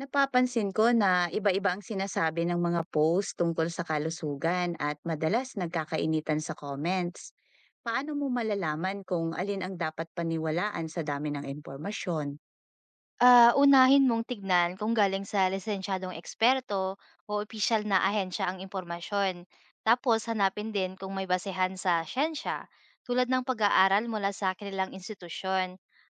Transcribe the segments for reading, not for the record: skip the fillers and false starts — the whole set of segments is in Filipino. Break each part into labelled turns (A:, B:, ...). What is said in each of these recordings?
A: Napapansin ko na iba-iba ang sinasabi ng mga post tungkol sa kalusugan at madalas nagkakainitan sa comments. Paano mo malalaman kung alin ang dapat paniwalaan sa dami ng impormasyon?
B: Unahin mong tignan kung galing sa lisensyadong eksperto o opisyal na ahensya ang impormasyon. Tapos hanapin din kung may basehan sa siyensya, tulad ng pag-aaral mula sa kanilang institusyon.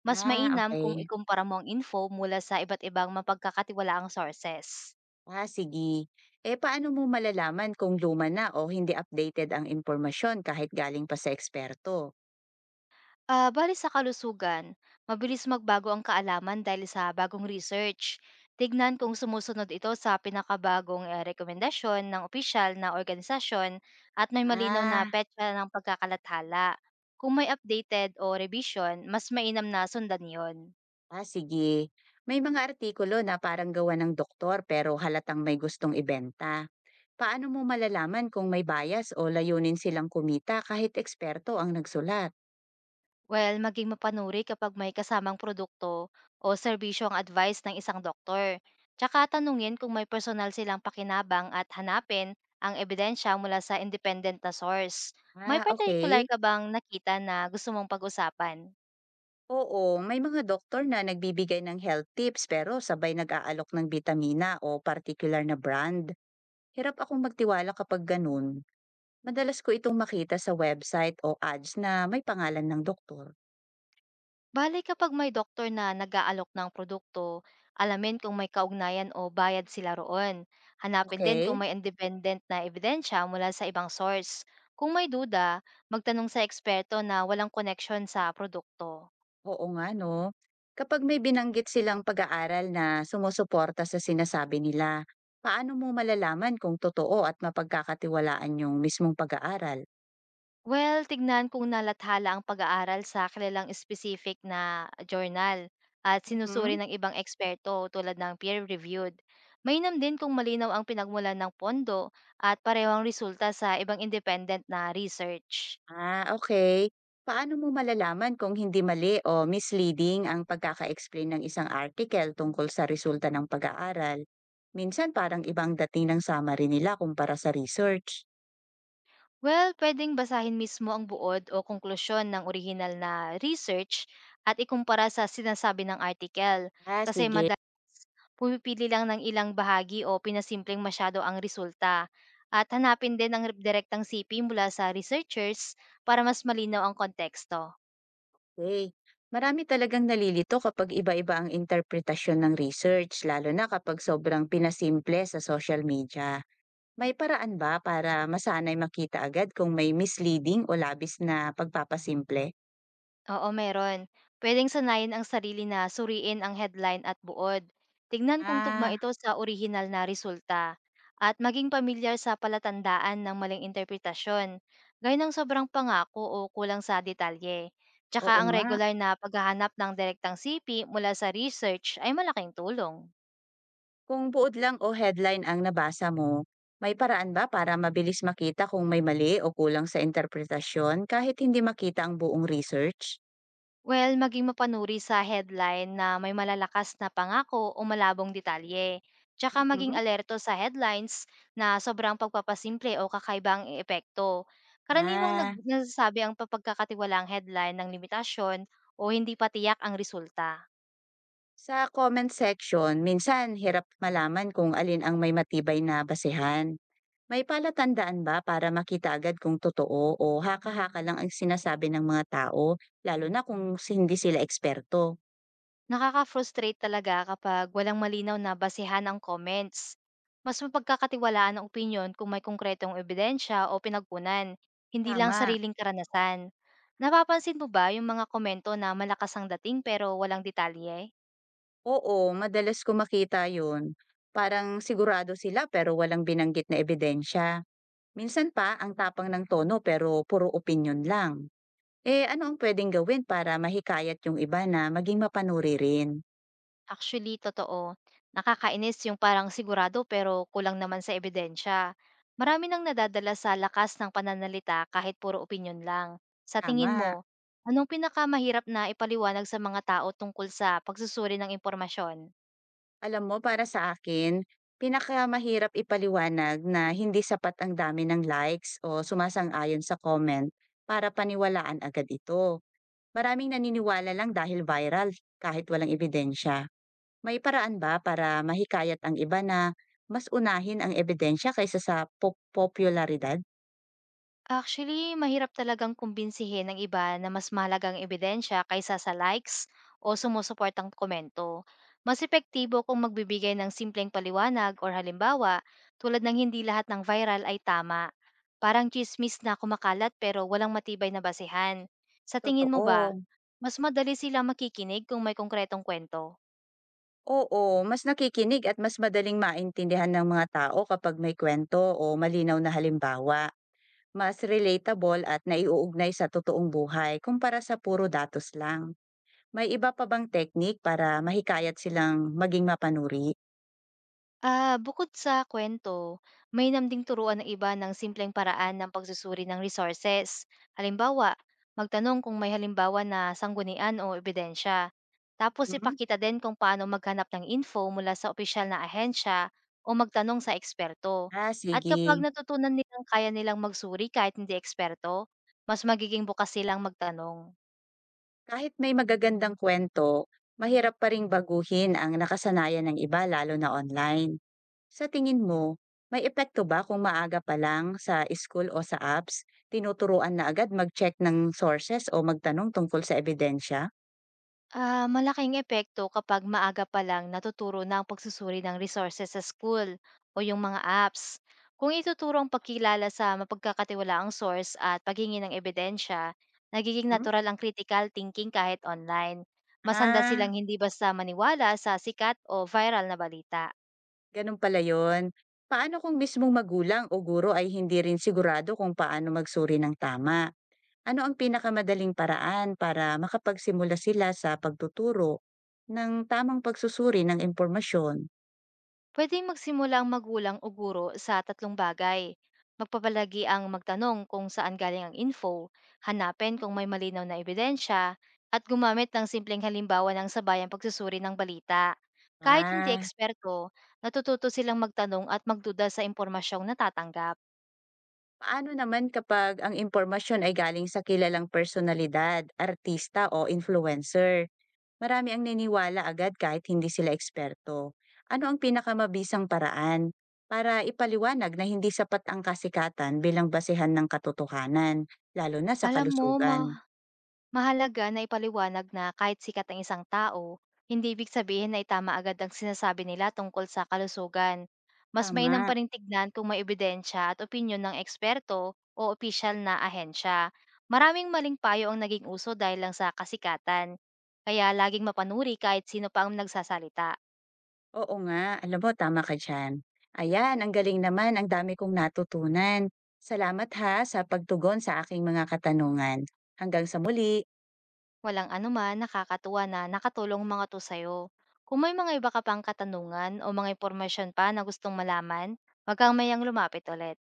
B: Mas
A: Ah,
B: mainam kung
A: okay.
B: ikumpara mo ang info mula sa iba't ibang mapagkakatiwalaang sources.
A: Ah, sige. Eh, paano mo malalaman kung luma na o hindi updated ang impormasyon kahit galing pa sa eksperto?
B: Bale sa kalusugan, mabilis magbago ang kaalaman dahil sa bagong research. Tignan kung sumusunod ito sa pinakabagong rekomendasyon ng opisyal na organisasyon at may malinaw na
A: Ah,
B: petsa ng pagkakalathala. Kung may updated o revision, mas mainam na sundan yon.
A: ah, sige. May mga artikulo na parang gawa ng doktor pero halatang may gustong ibenta. Paano mo malalaman kung may bias o layunin silang kumita kahit eksperto ang nagsulat?
B: Well, maging mapanuri kapag may kasamang produkto o serbisyo ang advice ng isang doktor. Tsaka tanungin kung may personal silang pakinabang at hanapin ang ebidensya mula sa independent na source. May
A: Ah,
B: particular
A: okay.
B: ka bang nakita na gusto mong pag-usapan?
A: Oo, may mga doktor na nagbibigay ng health tips pero sabay nag-aalok ng bitamina o particular na brand. Hirap akong magtiwala kapag ganun. Madalas ko itong makita sa website o ads na may pangalan ng doktor.
B: Bale kapag may doktor na nag-aalok ng produkto, alamin kung may kaugnayan o bayad sila roon. Hanapin din kung
A: Okay?
B: may independent na ebidensya mula sa ibang source. Kung may duda, magtanong sa eksperto na walang koneksyon sa produkto.
A: Oo nga 'no. Kapag may binanggit silang pag-aaral na sumusuporta sa sinasabi nila, paano mo malalaman kung totoo at mapagkakatiwalaan yung mismong pag-aaral?
B: Well, tignan kung nalathala ang pag-aaral sa kilalang specific na journal at
A: Mhm.
B: sinusuri ng ibang eksperto tulad ng peer-reviewed. Mainam din kung malinaw ang pinagmulan ng pondo at pareho ang resulta sa ibang independent na research.
A: Ah, okay. Paano mo malalaman kung hindi mali o misleading ang pagkaka-explain ng isang article tungkol sa resulta ng pag-aaral? Minsan parang ibang dating ng summary nila kumpara sa research.
B: Well, pwedeng basahin mismo ang buod o konklusyon ng orihinal na research at ikumpara sa sinasabi ng article,
A: Ah,
B: kasi
A: sige.
B: madalas pumipili lang ng ilang bahagi o pinasimpleng masyado ang resulta at hanapin din ang direktang sipi mula sa researchers para mas malinaw ang konteksto.
A: Okay. Marami talagang nalilito kapag iba-iba ang interpretasyon ng research, lalo na kapag sobrang pinasimple sa social media. May paraan ba para masanay makita agad kung may misleading o labis na pagpapasimple?
B: Oo, meron. Pwedeng sanayin ang sarili na suriin ang headline at buod. Tignan kung tugma
A: Ah,
B: ito sa orihinal na resulta. At maging pamilyar sa palatandaan ng maling interpretasyon, gaya ng sobrang pangako o kulang sa detalye. Tsaka
A: oo
B: ang
A: nga.
B: regular na paghahanap ng direktang sipi mula sa research ay malaking tulong.
A: Kung buod lang o headline ang nabasa mo, may paraan ba para mabilis makita kung may mali o kulang sa interpretasyon kahit hindi makita ang buong research?
B: Well, maging mapanuri sa headline na may malalakas na pangako o malabong detalye. Tsaka maging
A: Mhm.
B: alerto sa headlines na sobrang pagpapasimple o kakaibang epekto. Karaniwang
A: Ah,
B: nasasabi ang papagkakatiwalaang headline ng limitasyon o hindi patiyak ang resulta.
A: sa comment section, minsan hirap malaman kung alin ang may matibay na basehan. May palatandaan ba para makita agad kung totoo o haka-haka lang ang sinasabi ng mga tao, lalo na kung hindi sila eksperto?
B: Nakaka-frustrate talaga kapag walang malinaw na basehan ang comments. Mas mapagkakatiwalaan ang opinyon kung may konkretong ebidensya o pinagkunan, hindi lang
A: Tama.
B: sariling karanasan. Napapansin mo ba yung mga komento na malakas ang dating pero walang detalye?
A: Oo, madalas ko makita yun. Parang sigurado sila pero walang binanggit na ebidensya. Minsan pa, ang tapang ng tono pero puro opinion lang. Eh ano ang pwedeng gawin para mahikayat yung iba na maging mapanuri rin?
B: Actually, totoo. Nakakainis yung parang sigurado pero kulang naman sa ebidensya. Marami nang nadadala sa lakas ng pananalita kahit puro opinyon lang. Sa tingin mo,
A: Tama.
B: anong pinakamahirap na ipaliwanag sa mga tao tungkol sa pagsusuri ng impormasyon?
A: Alam mo, para sa akin, pinakamahirap ipaliwanag na hindi sapat ang dami ng likes o sumasang-ayon sa comment para paniwalaan agad ito. Maraming naniniwala lang dahil viral kahit walang ebidensya. May paraan ba para mahikayat ang iba na mas unahin ang ebidensya kaysa sa popularidad?
B: Actually, mahirap talagang kumbinsihin ng iba na mas mahalaga ebidensya kaysa sa likes o sumusuportang komento. Mas epektibo kung magbibigay ng simpleng paliwanag or halimbawa tulad ng hindi lahat ng viral ay tama. Parang chismis na kumakalat pero walang matibay na basehan. Sa tingin mo ba,
A: Totoo.
B: mas madali sila makikinig kung may konkretong kwento?
A: Oo, mas nakikinig at mas madaling maintindihan ng mga tao kapag may kwento o malinaw na halimbawa. Mas relatable at naiuugnay sa totoong buhay kumpara sa puro datos lang. May iba pa bang technique para mahikayat silang maging mapanuri?
B: Bukod sa kwento, may ding turuan ng iba ng simpleng paraan ng pagsusuri ng resources. Halimbawa, magtanong kung may halimbawa na sanggunian o ebidensya. Tapos
A: Mhm.
B: ipakita din kung paano maghanap ng info mula sa opisyal na ahensya o magtanong sa eksperto.
A: Ah,
B: At kapag
A: sige.
B: natutunan nilang kaya nilang magsuri kahit hindi eksperto, mas magiging bukas silang magtanong.
A: Kahit may magagandang kwento, mahirap pa ring baguhin ang nakasanayan ng iba lalo na online. Sa tingin mo, may epekto ba kung maaga pa lang sa school o sa apps, tinuturuan na agad mag-check ng sources o magtanong tungkol sa ebidensya?
B: Malaking epekto kapag maaga pa lang natuturo na ang pagsusuri ng resources sa school o yung mga apps. Kung ituturo ang pagkilala sa mapagkakatiwalaang source at paghingi ng ebidensya, nagiging
A: Mhm.
B: natural ang critical thinking kahit online. Masanda
A: Ah,
B: silang hindi basta maniwala sa sikat o viral na balita.
A: ganun pala yun. Paano kung mismong magulang o guro ay hindi rin sigurado kung paano magsuri ng tama? Ano ang pinakamadaling paraan para makapagsimula sila sa pagtuturo ng tamang pagsusuri ng impormasyon?
B: Pwedeng magsimula ang magulang o guro sa tatlong bagay. Magpapalagi ang magtanong kung saan galing ang info, hanapin kung may malinaw na ebidensya, at gumamit ng simpleng halimbawa ng sabayang pagsusuri ng balita. Kahit hindi
A: Ah,
B: eksperto, natututo silang magtanong at magduda sa impormasyong natatanggap.
A: paano naman kapag ang impormasyon ay galing sa kilalang personalidad, artista o influencer? Marami ang naniniwala agad kahit hindi sila eksperto. Ano ang pinakamabisang paraan para ipaliwanag na hindi sapat ang kasikatan bilang basehan ng katotohanan, lalo na sa
B: Alam mo,
A: kalusugan?
B: mahalaga na ipaliwanag na kahit sikat ang isang tao, hindi ibig sabihin na itama agad ang sinasabi nila tungkol sa kalusugan. Mas mainam pa
A: Tama.
B: rin tignan kung may ebidensya at opinyon ng eksperto o opisyal na ahensya. Maraming maling payo ang naging uso dahil lang sa kasikatan. Kaya laging mapanuri kahit sino pa ang nagsasalita.
A: Oo nga. Alam mo, tama ka dyan. Ayan, ang galing naman. Ang dami kong natutunan. Salamat ha sa pagtugon sa aking mga katanungan. Hanggang sa muli.
B: Walang anuman, nakakatuwa na nakatulong ang mga to sa'yo. Kung may mga iba ka pang katanungan o mga impormasyon pa na gustong malaman, wag kang mayang lumapit ulit.